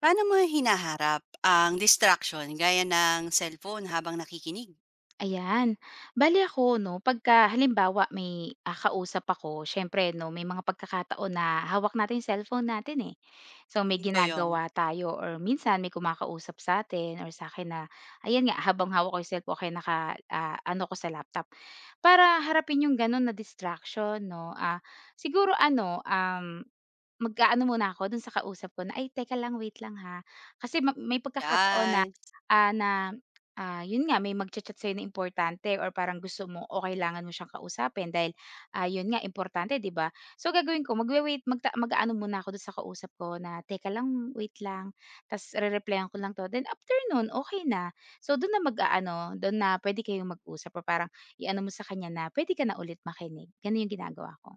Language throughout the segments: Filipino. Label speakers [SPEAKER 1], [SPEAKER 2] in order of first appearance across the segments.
[SPEAKER 1] Paano mo hinaharap ang distraction gaya ng cellphone habang nakikinig?
[SPEAKER 2] Ayan. Bale ako 'no, pagka halimbawa may, kausap ako siyempre 'no, may mga pagkakataon na hawak natin yung cellphone natin, eh. So, may
[SPEAKER 1] Hmm, goyong.
[SPEAKER 2] ginagawa tayo or minsan may kumakausap sa'tin or sa akin na ayan nga, habang hawak ko yung cellphone o kaya ano ko sa laptop. Para harapin yung gano'n na distraction 'no, siguro ano, mag-aano muna ako dun sa kausap ko na, "Ay teka lang, wait lang ha." Kasi may pagkakataon na,
[SPEAKER 1] Yan.
[SPEAKER 2] ah, na, yun nga may magcha-chat sa'yo na importante or parang gusto mo o kailangan mo siyang kausapin dahil, yun nga importante, 'di ba? So gagawin ko magwe-wait magta mag-aano muna ako dun sa kausap ko na, "Teka lang, wait lang." Ta's re-replyan ko lang 'to then after nun okey na. So dun na mag-aano, dun na puwede kayong mag-usap or parang i-ano mo sa kanya na, "Puwede ka na ulit makinig." Ganun yung ginagawa ko.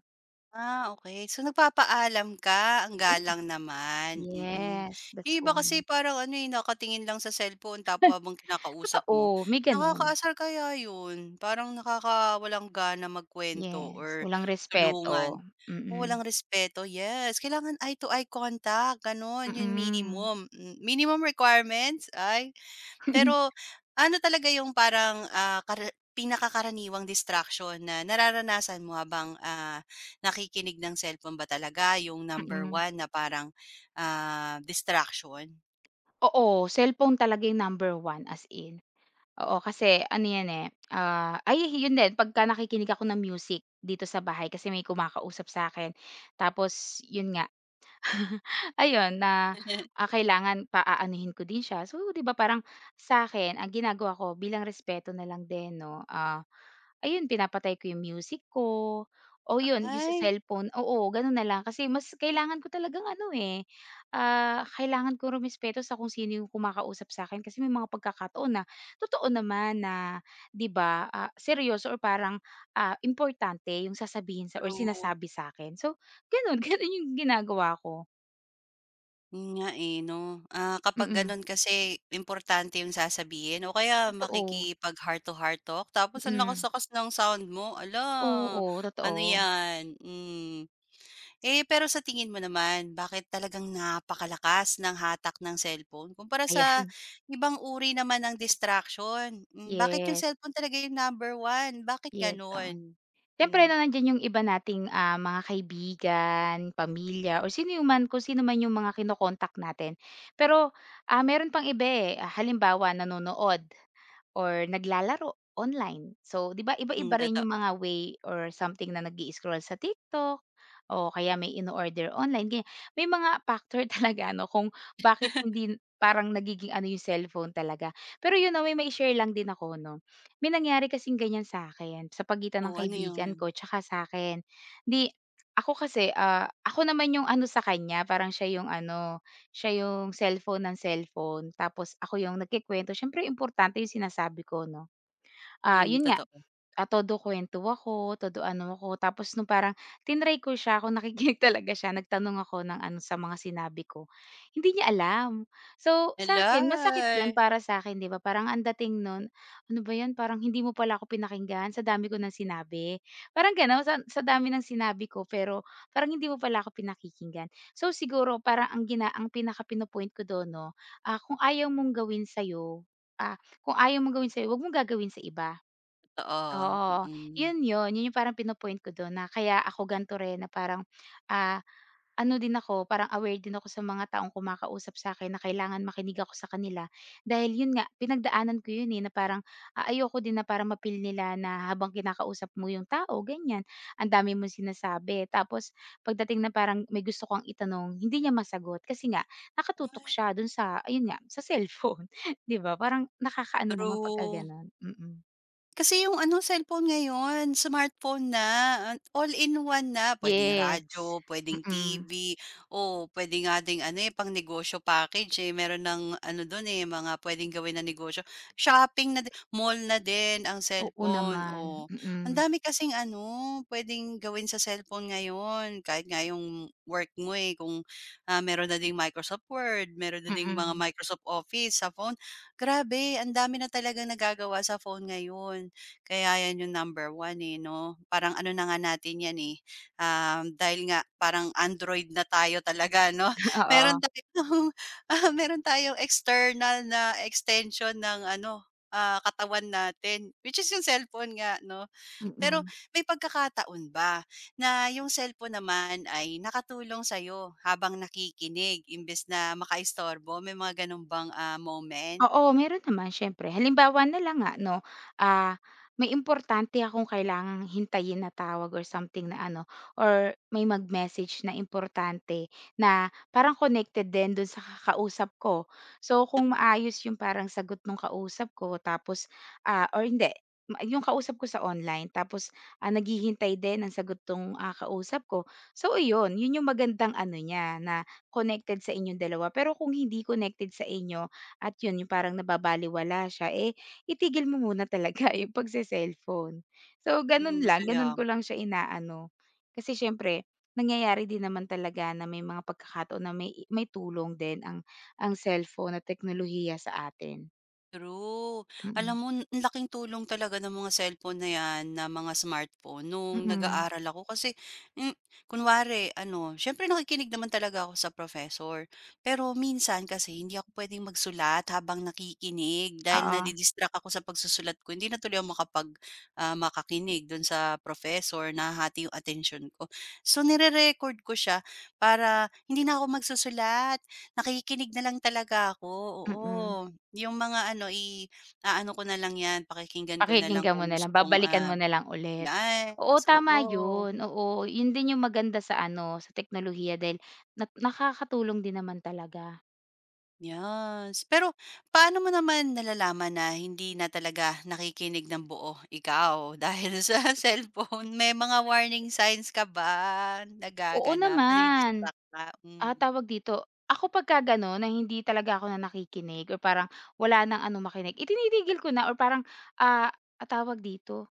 [SPEAKER 1] Okay So, nagpapaalam ka, ang
[SPEAKER 2] Yes.
[SPEAKER 1] galang naman, mm.
[SPEAKER 2] Yes,
[SPEAKER 1] Yung
[SPEAKER 2] that's
[SPEAKER 1] iba
[SPEAKER 2] why.
[SPEAKER 1] kasi parang ano, eh, nakatingin lang sa cellphone tapos habang kinakausap mo,
[SPEAKER 2] Totoo, may gano'n.
[SPEAKER 1] nakakaasar kaya yun? Parang nakakawalang gana magkuwento
[SPEAKER 2] Yes,
[SPEAKER 1] or
[SPEAKER 2] walang
[SPEAKER 1] tulungan.
[SPEAKER 2] respeto.
[SPEAKER 1] O
[SPEAKER 2] Mm,
[SPEAKER 1] Walang respeto, yes. Kailangan eye to eye contact, gano'n, yun
[SPEAKER 2] mm.
[SPEAKER 1] minimum, hmm. Minimum requirements ay pero ano talaga yung parang, ah, kara pinakakaraniwang distraction na nararanasan mo habang, nakikinig ng cellphone ba talaga yung number
[SPEAKER 2] Mm.
[SPEAKER 1] one na parang, distraction?
[SPEAKER 2] Oo, cellphone talaga yung number 1, as in. Oo, kasi ano 'yan, eh, ah, ay yun din pagka nakikinig ako ng music dito sa bahay kasi may kumakausap sa akin. Tapos yun nga. Ayun na, kailangan paaanuhin ko din siya. So, 'di ba parang sa akin ang ginagawa ko bilang respeto na lang din 'no, ayun, pinapatay ko yung music ko o yun yung sa
[SPEAKER 1] Ay,
[SPEAKER 2] cellphone, oo ganun na lang. Kasi mas kailangan ko talagang ano, eh, kailangan ko rumespeto sa kung sino yung kumakausap sa akin kasi may mga pagkakataon na totoo naman na 'di ba, seryoso or parang, importante yung sasabihin sa or
[SPEAKER 1] true.
[SPEAKER 2] sinasabi sa akin. So, ganun, ganun yung ginagawa ko.
[SPEAKER 1] Yun nga, eh, 'no? Ah, kapag
[SPEAKER 2] Mm,
[SPEAKER 1] gano'n kasi importante yung sasabihin o kaya
[SPEAKER 2] totoo,
[SPEAKER 1] makikipag heart to heart talk tapos ang
[SPEAKER 2] mm.
[SPEAKER 1] lakas-lakas ng sound mo, hala,
[SPEAKER 2] Oo,
[SPEAKER 1] ano
[SPEAKER 2] totoo.
[SPEAKER 1] 'yan? Hmm. Eh, pero sa tingin mo naman, bakit talagang napakalakas ng hatak ng cellphone kumpara sa
[SPEAKER 2] Ayan,
[SPEAKER 1] ibang uri naman ng distraction? Hmm, bakit yung
[SPEAKER 2] yes,
[SPEAKER 1] cellphone talaga yung number one? Bakit
[SPEAKER 2] yes, oo.
[SPEAKER 1] gano'n?
[SPEAKER 2] Siyempre
[SPEAKER 1] Hmm.
[SPEAKER 2] na nandiyan yung iba nating, mga kaibigan, pamilya, o sino yung man kung sino man yung mga kinokontak natin. Pero, meron pang iba, eh, halimbawa nanonood or naglalaro online. So, 'di ba
[SPEAKER 1] Hmm,
[SPEAKER 2] iba-iba rin
[SPEAKER 1] totoo.
[SPEAKER 2] yung mga way or something na nag scroll sa TikTok o kaya may in order online, ganyan. May mga factor talaga, ano kung bakit hindi parang nagiging ano yung cellphone talaga. Pero yun na, may share lang din ako 'no. May nangyari kasing ganyan sa akin sa pagitan ng
[SPEAKER 1] Oh, ano
[SPEAKER 2] kaibigan ko
[SPEAKER 1] yun?
[SPEAKER 2] tsaka sa'kin. 'Di ako kasi, ako naman yung ano sa kanya, parang siya yung ano, siya yung cellphone ng cellphone tapos ako yung nagkukuwento, siyempre importante yung sinasabi ko 'no. Ah,
[SPEAKER 1] Hmm,
[SPEAKER 2] yun nga.
[SPEAKER 1] totoo.
[SPEAKER 2] Ah, todo kuwento ako, todo ano ako. Tapos nung parang tinry ko siya, kung nakikinig talaga siya, nagtanong ako ng ano sa mga sinabi ko, hindi niya alam. So, sa akin masakit
[SPEAKER 1] Hala!
[SPEAKER 2] 'yun para sa akin, 'di ba? Parang ang dating nun, "Ano ba 'yan, parang hindi mo pala ako pinakinggan sa dami ko ng sinabi." Parang gano'n, sa dami ng sinabi ko, pero parang hindi mo pala ako pinakikinggan. So, siguro parang ang pinaka pinopoint ko dun 'no, kung ayaw mong gawin sa'yo, kung ayaw mong gawin sa'yo, 'wag mong gagawin sa iba.
[SPEAKER 1] Totoo,
[SPEAKER 2] Oo,
[SPEAKER 1] mm.
[SPEAKER 2] yun yun. Yun yung parang pinopoint ko dun na kaya ako ganito rin na parang, ah, ano din ako, parang aware din ako sa mga taong kumakausap sa'kin na kailangan makinig ako sa kanila. Dahil yun nga, pinagdaanan ko yun, eh, na parang, ayoko din na parang ma-feel nila na habang kinakausap mo yung tao ganyan, ang dami mong sinasabi. Tapos pagdating na parang may gusto kang itanong, hindi niya masagot kasi nga nakatutok
[SPEAKER 1] Ay.
[SPEAKER 2] siya dun sa ayun nga, sa cellphone, 'di ba? Parang nakakaano naman pagka
[SPEAKER 1] True.
[SPEAKER 2] gano'n, mm.
[SPEAKER 1] Kasi yung ano cellphone ngayon, smartphone na, an all in one na. Pwedeng
[SPEAKER 2] Yes,
[SPEAKER 1] radyo, puwedeng
[SPEAKER 2] mm.
[SPEAKER 1] TV, o puwede nga ano, eh, pangnegosyo package, eh, meron ng ano dun, eh, mga pwedeng gawin na negosyo. Shopping na di mall na din ang
[SPEAKER 2] Oo
[SPEAKER 1] cellphone,
[SPEAKER 2] naman,
[SPEAKER 1] o
[SPEAKER 2] mm,
[SPEAKER 1] ang dami kasing ano, pwedeng gawin sa cellphone ngayon. Kahit nga yung work mo, eh, kung, meron na ding Microsoft Word, meron na ding mga
[SPEAKER 2] mm.
[SPEAKER 1] Microsoft Office sa phone. Grabe, ang dami na talagang nagagawa sa phone ngayon. Kaya 'yan yung number one eh, 'no? Parang ano na nga natin 'yan, eh, dahil nga parang Android na tayo talaga, 'no? Meron
[SPEAKER 2] Oo,
[SPEAKER 1] tayong meron tayong external na extension ng ano, katawan natin, which is yung cellphone nga, 'no? Pero
[SPEAKER 2] mm.
[SPEAKER 1] may pagkakataon ba na yung cellphone naman ay nakatulong sa'yo habang nakikinig imbes na makaistorbo, may mga gano'n bang, ah, moment?
[SPEAKER 2] Oo, meron naman siyempre. Halimbawa na lang nga 'no, ah, may importante akong kailangang hintayin na tawag or something na ano, or may mag-message na importante na parang connected din dun sa kakausap ko. So, kung maayos yung parang sagot ng kausap ko tapos, ah, or hindi, ma yung kausap ko sa online tapos, naghihintay din ng sagot tong, kausap ko. So iyon, yun yung magandang ano niya na connected sa inyong dalawa. Pero kung hindi connected sa inyo, at yun, yung parang nababalewala siya, eh, itigil mo muna talaga yung pagse-cellphone. So,
[SPEAKER 1] Hmm,
[SPEAKER 2] ganun lang, ganun
[SPEAKER 1] kaya
[SPEAKER 2] ko lang siya inaano. Kasi siyempre nangyayari din naman talaga na may mga pagkakataon na may tulong din ang cellphone at teknolohiya sa atin.
[SPEAKER 1] true. Alam
[SPEAKER 2] Mm,
[SPEAKER 1] mo n- ang laking tulong talaga ng mga cellphone na 'yan, na mga smartphone nung
[SPEAKER 2] mm.
[SPEAKER 1] nag-aaral ako kasi hmm, kunwari ano, siyempre nakikinig naman talaga ako sa professor. Pero minsan kasi hindi ako puwedeng magsulat habang nakikinig dahil
[SPEAKER 2] Oo,
[SPEAKER 1] nadi-distract ako sa pagsusulat ko. Hindi na tuloy ako makapag, makakinig do'n sa professor, nahahati yung attention ko. So nire-record ko siya para hindi na ako magsusulat, nakikinig na lang talaga ako, oo.
[SPEAKER 2] mm.
[SPEAKER 1] Yung mga ano, i-aano ko na lang 'yan, pakikinggan ko na lang
[SPEAKER 2] Pakikinggan mo
[SPEAKER 1] kung
[SPEAKER 2] na
[SPEAKER 1] gusto
[SPEAKER 2] lang,
[SPEAKER 1] kong,
[SPEAKER 2] babalikan
[SPEAKER 1] ah,
[SPEAKER 2] mo na lang ulit. Oo,
[SPEAKER 1] yes,
[SPEAKER 2] tama
[SPEAKER 1] oo,
[SPEAKER 2] yun, oo. Yun din yung maganda sa ano, sa teknolohiya dahil na nakakatulong din naman talaga.
[SPEAKER 1] yes. Pero paano mo naman nalalaman na hindi na talaga nakikinig ng buo ikaw dahil sa cellphone? May mga warning signs ka ba
[SPEAKER 2] Oo
[SPEAKER 1] nagaganap,
[SPEAKER 2] naman.
[SPEAKER 1] nadi-distract ka?
[SPEAKER 2] Ah,
[SPEAKER 1] Hmm,
[SPEAKER 2] tawag dito, ako pagka gano'n na hindi talaga ako na nakikinig or parang wala ng ano makinig, itinitigil ko na or parang, tawag dito,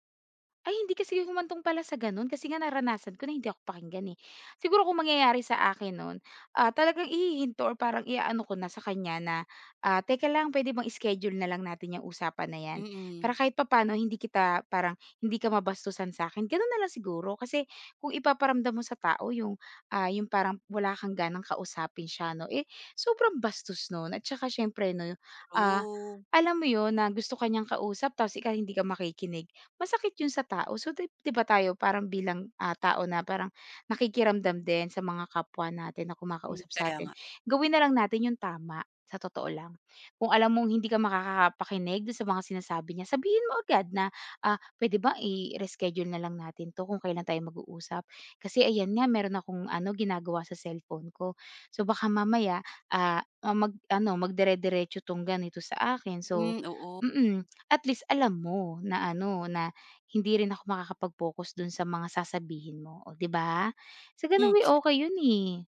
[SPEAKER 2] ay hindi kasi humantong pala sa gano'n kasi nga naranasan ko na hindi ako pakinggan, eh. Siguro kung mangyayari sa akin nun, talagang ihihinto or parang iaano ko na sa kanya na, "Teka lang, pwede bang schedule na lang natin yung usapan na 'yan
[SPEAKER 1] mm,
[SPEAKER 2] para kahit papaano hindi kita parang hindi ka mabastusan sa akin." Gano'n na lang siguro kasi kung ipaparamdam mo sa tao 'yung yung parang wala kang ganang kausapin siya 'no. Eh, sobrang bastos nun, at saka siyempre 'no, ah,
[SPEAKER 1] true.
[SPEAKER 2] alam mo yun na gusto ka niyang kausap tapos ikaw hindi ka makikinig, masakit yun sa tao. So, di di ba tayo parang bilang, tao na parang nakikiramdam din sa mga kapwa natin na
[SPEAKER 1] Hmm,
[SPEAKER 2] kumakausap sa
[SPEAKER 1] kaya
[SPEAKER 2] atin,
[SPEAKER 1] nga.
[SPEAKER 2] gawin na lang natin yung tama, sa totoo lang. Kung alam mong hindi ka makakapakinig dun sa mga sinasabi niya, sabihin mo agad na, "Puwede ba i-reschedule na lang natin 'to kung kailan tayo mag-uusap?" Kasi ayan nga meron akong ano ginagawa sa cellphone ko. So baka mamaya, magdire-diretso 'tong ganito sa akin. So
[SPEAKER 1] Hmm, oo.
[SPEAKER 2] mm, at least alam mo na ano na hindi rin ako makakapag-focus dun sa mga sasabihin mo, oh, 'di ba? Sa
[SPEAKER 1] Hmm.
[SPEAKER 2] ganung way okey yun, eh.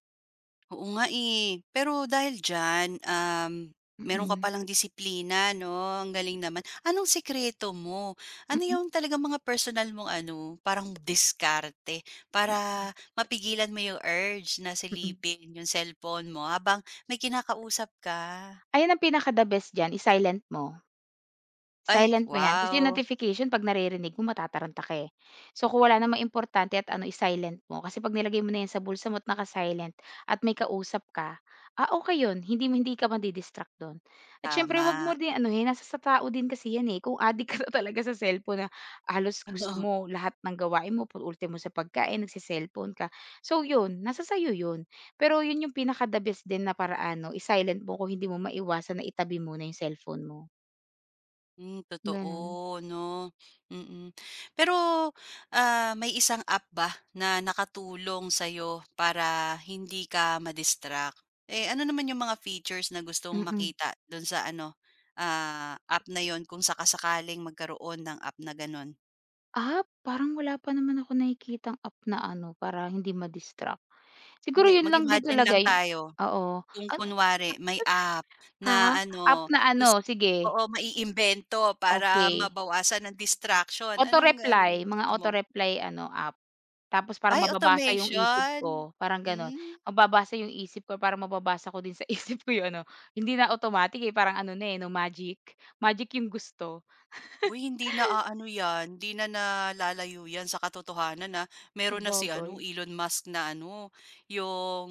[SPEAKER 1] Oo nga, eh. Pero dahil diyan, meron ka
[SPEAKER 2] Mm,
[SPEAKER 1] palang disiplina 'no, ang galing naman. Anong sikreto mo?
[SPEAKER 2] mm,
[SPEAKER 1] Ano
[SPEAKER 2] mm.
[SPEAKER 1] yung talagang mga personal mong ano, parang diskarte para mapigilan mo yung urge na
[SPEAKER 2] Mm.
[SPEAKER 1] silipin yung cellphone mo habang may kinakausap ka?
[SPEAKER 2] Ayan ang pinaka the best diyan, i-silent mo.
[SPEAKER 1] Ay,
[SPEAKER 2] Silent mo 'yan kasi yung
[SPEAKER 1] wow,
[SPEAKER 2] notification 'pag naririnig mo matataranta ka, eh. So, kung wala namang importante at ano, i-silent mo kasi 'pag nilagay mo na 'yan sa bulsa mo at naka-silent at may kausap ka, okey 'yun, hindi mo hindi ka madidistract do'n. At siyempre 'wag mo
[SPEAKER 1] tama.
[SPEAKER 2] din anuhin, nasa sa tao din kasi 'yan, eh, kung adik ka na talaga sa cellphone na halos gusto mo lahat ng gawain mo, pag ultimo sa pagkain nagse-cellphone ka. So 'yun, nasa sa'yo 'yun. Pero 'yun yung pinaka-the best din na paraan 'no, i-silent mo kung hindi mo maiwasan na itabi mo na yung cellphone mo,
[SPEAKER 1] Hmm,
[SPEAKER 2] gano'n.
[SPEAKER 1] totoo 'no, mm. Pero, ah, may isang app ba na nakatulong sa'yo para hindi ka ma-distract? Eh, ano naman yung mga features na gusto mong
[SPEAKER 2] Mm.
[SPEAKER 1] makita dun sa ano, app na yon kung sakasakaling magkaroon ng app na ganun?
[SPEAKER 2] Ah, parang wala pa naman ako nakikitang app na ano, para hindi ma-distract. Siguro
[SPEAKER 1] Hindi,
[SPEAKER 2] 'yun lang din
[SPEAKER 1] mag-imagine
[SPEAKER 2] talaga
[SPEAKER 1] lang
[SPEAKER 2] yu
[SPEAKER 1] tayo
[SPEAKER 2] oo.
[SPEAKER 1] kung
[SPEAKER 2] Ano,
[SPEAKER 1] kunwari may app
[SPEAKER 2] ah,
[SPEAKER 1] na
[SPEAKER 2] app
[SPEAKER 1] ano
[SPEAKER 2] na ano,
[SPEAKER 1] gusto,
[SPEAKER 2] sige,
[SPEAKER 1] oo, maiimbento para
[SPEAKER 2] okey.
[SPEAKER 1] mabawasan ng distraction. Anong anong
[SPEAKER 2] Auto-reply, mga
[SPEAKER 1] gusto mo?
[SPEAKER 2] auto-reply ano, app. Tapos parang
[SPEAKER 1] Ay
[SPEAKER 2] mababasa 'yung isip
[SPEAKER 1] automation?
[SPEAKER 2] ko, parang gano'n.
[SPEAKER 1] Hmm.
[SPEAKER 2] Mababasa 'yung isip ko, parang mababasa ko din sa isip ko 'yung ano, hindi na automatic, eh, parang ano na, eh, 'no, magic. Magic 'yung gusto.
[SPEAKER 1] Uy, hindi na aano 'yan, hindi na nalalayo 'yan sa katotohanan, na meron na si ano,
[SPEAKER 2] Sabagay,
[SPEAKER 1] Elon Musk na ano, yung,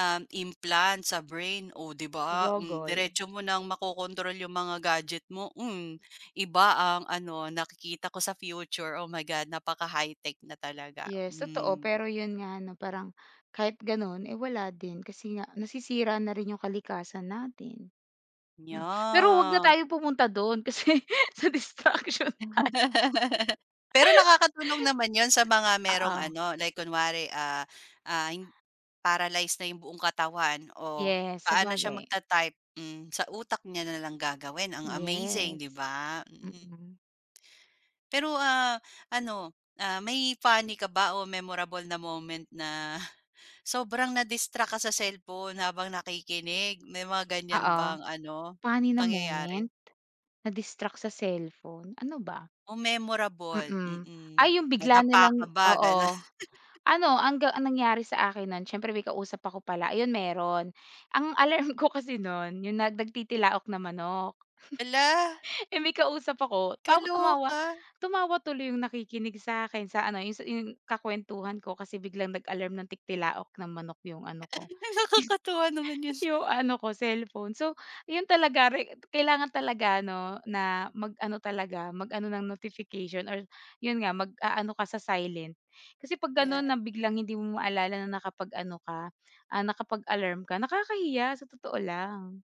[SPEAKER 1] implant sa brain, o 'di ba? Hmm,
[SPEAKER 2] sabagay.
[SPEAKER 1] diretso mo ng makokontrol yung mga gadget mo. Hmm, iba ang ano, nakikita ko sa future. Oh my God, napaka-high-tech na talaga.
[SPEAKER 2] Yes, totoo.
[SPEAKER 1] Hmm,
[SPEAKER 2] Pero yun nga no parang kahit gano'n, eh, wala din kasi nga nasisira na rin yung kalikasan natin. Hmm, pero wag na
[SPEAKER 1] yeah.
[SPEAKER 2] tayo pumunta do'n kasi sa distraction tayo.
[SPEAKER 1] Pero nakakatulong naman yon sa mga merong
[SPEAKER 2] Oo,
[SPEAKER 1] ano, like kunwari, ah, ah, hin paralyzed na 'yung buong katawan o
[SPEAKER 2] yes,
[SPEAKER 1] paano siya
[SPEAKER 2] sabagay.
[SPEAKER 1] magta-type, hmm, sa utak niya na lang gagawin. Ang amazing, 'di
[SPEAKER 2] Yes,
[SPEAKER 1] ba? Mm.
[SPEAKER 2] mm.
[SPEAKER 1] Pero, ah, ano, may funny ka ba o memorable na moment na sobrang na-distract ka sa cellphone habang nakikinig? May mga ganyan
[SPEAKER 2] Oo,
[SPEAKER 1] bang ano,
[SPEAKER 2] funny na
[SPEAKER 1] pangyayari?
[SPEAKER 2] moment, na-distract sa cellphone, ano ba?
[SPEAKER 1] O memorable,
[SPEAKER 2] Mm.
[SPEAKER 1] mm.
[SPEAKER 2] Ay, yung bigla na
[SPEAKER 1] Nadapa
[SPEAKER 2] lang
[SPEAKER 1] ka ba,
[SPEAKER 2] oo. Ano, ang nangyari sa akin nun, siyempre may kausap ako pala, ayun meron. Ang alarm ko kasi nun yung nagtitilaok na manok.
[SPEAKER 1] hala,
[SPEAKER 2] Eh, may kausap ako, tumawa
[SPEAKER 1] kaloka.
[SPEAKER 2] tumawa tuloy yung nakikinig sa sa'kin sa ano, yung sa yung kakuwentuhan ko kasi biglang nag-alarm ng tigtilaok ng manok yung ano ko,
[SPEAKER 1] Nakakatuwa naman yun.
[SPEAKER 2] yung ano ko cellphone. So, yun talaga, kailangan talaga ano na mag-ano talaga, mag-ano ng notification or yun nga mag ano ka sa silent. Kasi 'pag gano'n
[SPEAKER 1] Yeah.
[SPEAKER 2] na biglang hindi mo maalala na nakapag-ano ka, nakapag-alarm ka, nakakahiya sa totoo lang.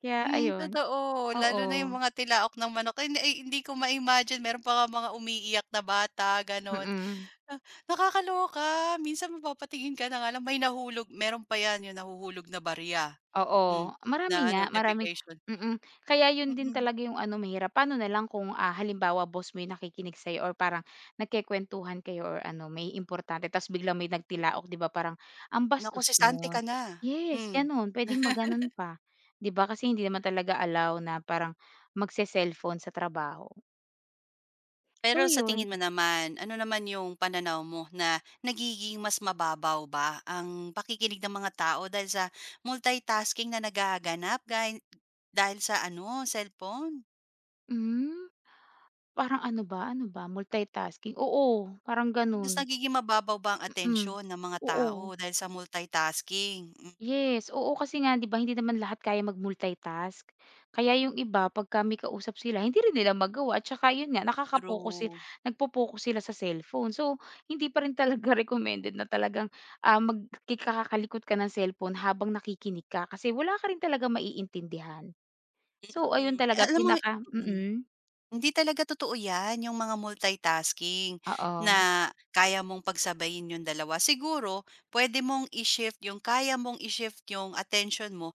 [SPEAKER 2] Kaya
[SPEAKER 1] Hmm,
[SPEAKER 2] ayun,
[SPEAKER 1] totoo. Lalo na yung
[SPEAKER 2] oo,
[SPEAKER 1] mga tilaok ng manok. Hindi ay hindi ko ma-imagine meron pa nga mga umiiyak na bata, gano'n.
[SPEAKER 2] mm.
[SPEAKER 1] Ah, nakakaloka. Minsan mapapatingin ka na nga lang may nahulog meron pa 'yan, yung nahuhulog na barya. Hmm,
[SPEAKER 2] Oo, marami
[SPEAKER 1] na ano,
[SPEAKER 2] nga, marami
[SPEAKER 1] notification.
[SPEAKER 2] mm. Kaya yun din
[SPEAKER 1] Mm.
[SPEAKER 2] talaga yung ano mahirap, paano na lang kung, halimbawa boss mo yung nakikinig sa'yo or parang nagkukuwentuhan kayo or ano may importante ta's biglang may nagtilaok, 'di ba parang ang
[SPEAKER 1] Naku,
[SPEAKER 2] bastos
[SPEAKER 1] sisante
[SPEAKER 2] nun.
[SPEAKER 1] ka na.
[SPEAKER 2] Yes,
[SPEAKER 1] Hmm.
[SPEAKER 2] gano'n puwedeng maganon pa, 'di ba kasi hindi naman talaga allow na parang magse-cellphone sa trabaho.
[SPEAKER 1] Pero
[SPEAKER 2] So
[SPEAKER 1] sa tingin
[SPEAKER 2] yun,
[SPEAKER 1] mo naman, ano naman yung pananaw mo na nagiging mas mababaw ba ang pakikinig ng mga tao dahil sa multitasking na nagaganap gahi dahil sa ano, cellphone?
[SPEAKER 2] hmm, parang ano ba multitasking, oo, parang
[SPEAKER 1] Hmm. Mas
[SPEAKER 2] gano'n,
[SPEAKER 1] nagiging mababaw ba ang
[SPEAKER 2] mm,
[SPEAKER 1] atensyon ng mga tao
[SPEAKER 2] oo.
[SPEAKER 1] dahil sa multitasking? Mm,
[SPEAKER 2] Yes, oo kasi nga 'di ba hindi naman lahat kaya mag-multitask. Kaya yung iba pagka may kausap sila hindi rin nila magawa at saka yun nga nakaka-focus sil
[SPEAKER 1] true.
[SPEAKER 2] nagpo-focus sila sa cellphone. So, hindi pa rin talaga recommended na talagang, magkikakakalikot ka ng cellphone habang nakikinig ka kasi wala ka rin talagang maiintindihan.
[SPEAKER 1] Mm.
[SPEAKER 2] So, ayun
[SPEAKER 1] Mm.
[SPEAKER 2] talaga
[SPEAKER 1] Alam mo
[SPEAKER 2] pinaka
[SPEAKER 1] mm,
[SPEAKER 2] mm,
[SPEAKER 1] hindi talaga totoo 'yan, yung mga multitasking
[SPEAKER 2] oo.
[SPEAKER 1] na kaya mong pagsabayin yung dalawa. Siguro pwede mong i-shift yung kaya mong i-shift yung attention mo,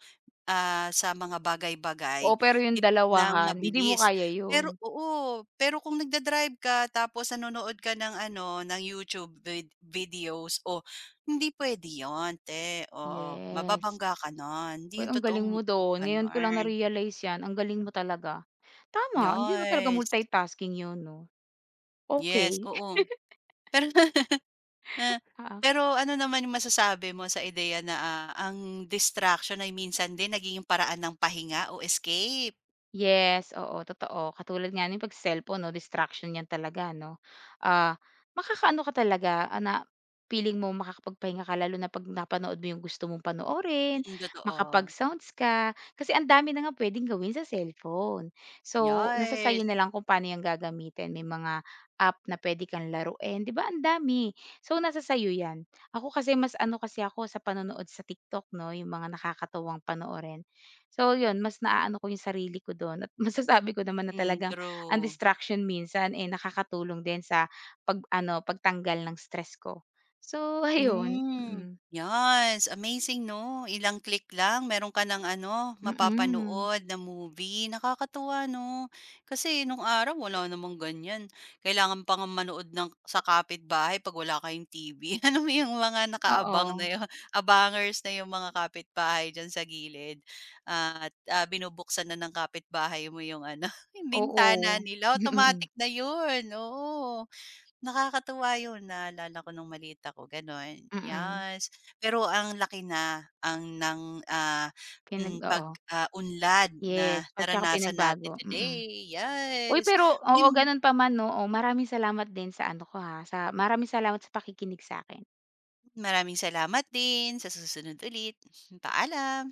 [SPEAKER 1] sa mga bagay-bagay
[SPEAKER 2] Oo, pero yung
[SPEAKER 1] dip ng
[SPEAKER 2] dalawahan hindi mo
[SPEAKER 1] mabilis.
[SPEAKER 2] kaya yun.
[SPEAKER 1] Pero oo, pero kung nagda-drive ka tapos nanonood ka ng ano, ng YouTube videos, o hindi pwede yon 'te, oo.
[SPEAKER 2] Yes.
[SPEAKER 1] Mababangga ka nun, hindi
[SPEAKER 2] Uy,
[SPEAKER 1] 'yun
[SPEAKER 2] ang galing
[SPEAKER 1] totoong
[SPEAKER 2] mo do'n. Ngayon ko lang
[SPEAKER 1] gano'n.
[SPEAKER 2] na-realize 'yan, ang galing mo talaga. Tama, hindi naman talaga
[SPEAKER 1] Yes,
[SPEAKER 2] multitasking 'yun 'no,
[SPEAKER 1] yes,
[SPEAKER 2] okay.
[SPEAKER 1] oo. Pero ah, pero ano naman yung masasabi mo sa ideya na, ah, ang distraction ay minsan din nagiging paraan ng pahinga o escape?
[SPEAKER 2] Yes, oo, totoo. Katulad nga ng pag-cellphone 'no, distraction 'yan talaga 'no. Ah, makakaano ka talaga, feeling mo makakapagpahinga ka lalo na 'pag napanood mo yung gusto mong panoorin,
[SPEAKER 1] Mm, totoo.
[SPEAKER 2] makapag-sounds ka. Kasi ang dami na nga puwedeng gawin sa cellphone. So, nasa
[SPEAKER 1] Yes.
[SPEAKER 2] sa'yo na lang kung paano 'yan gagamitin. May mga app na puwede kang laruin, 'di ba ang dami. So, nasa sa'yo 'yan. Ako kasi mas ano kasi ako sa panonood sa TikTok 'no, yung mga nakakatuwang panoorin. So yun, mas naaano ko yung sarili ko dun at masasabi ko naman na
[SPEAKER 1] Hmm,
[SPEAKER 2] talagang ang
[SPEAKER 1] true.
[SPEAKER 2] distraction minsan, eh, nakakatulong din sa pag-ano, pagtanggal ng stress ko. So ayun,
[SPEAKER 1] Hmm,
[SPEAKER 2] mm.
[SPEAKER 1] yes, amazing 'no, ilang click lang meron ka ng ano,
[SPEAKER 2] Mm.
[SPEAKER 1] mapapanood na movie. Nakakatuwa 'no, kasi nung araw wala namang ganyan. Kailangan pa ngang manood ng sa kapitbahay 'pag wala kayong TV. Ano mo yung mga nakaabang na
[SPEAKER 2] Oo,
[SPEAKER 1] yung abangers na yung mga kapitbahay diyan sa gilid at, ah, binubuksan na ng kapitbahay mo yung ano, yung bintana
[SPEAKER 2] oo.
[SPEAKER 1] nila, automatic na yun, oo. Nakakatuwa yun, naalala ko nung maliit ako gano'n,
[SPEAKER 2] Mm, mm, mm.
[SPEAKER 1] yes. Pero ang laki na ang ng,
[SPEAKER 2] Pinag
[SPEAKER 1] hmm, pag,
[SPEAKER 2] oo.
[SPEAKER 1] ah, unlad na
[SPEAKER 2] Yes, at tsaka
[SPEAKER 1] naranasan natin
[SPEAKER 2] pinagbago, mm.
[SPEAKER 1] today,
[SPEAKER 2] Uy,
[SPEAKER 1] yes.
[SPEAKER 2] pero oo,
[SPEAKER 1] Uy,
[SPEAKER 2] ganun pa man 'no, oh, maraming salamat din sa ano ko ha, sa maraming salamat sa pakikinig sa akin
[SPEAKER 1] maraming salamat din, sa susunod ulit, paalam.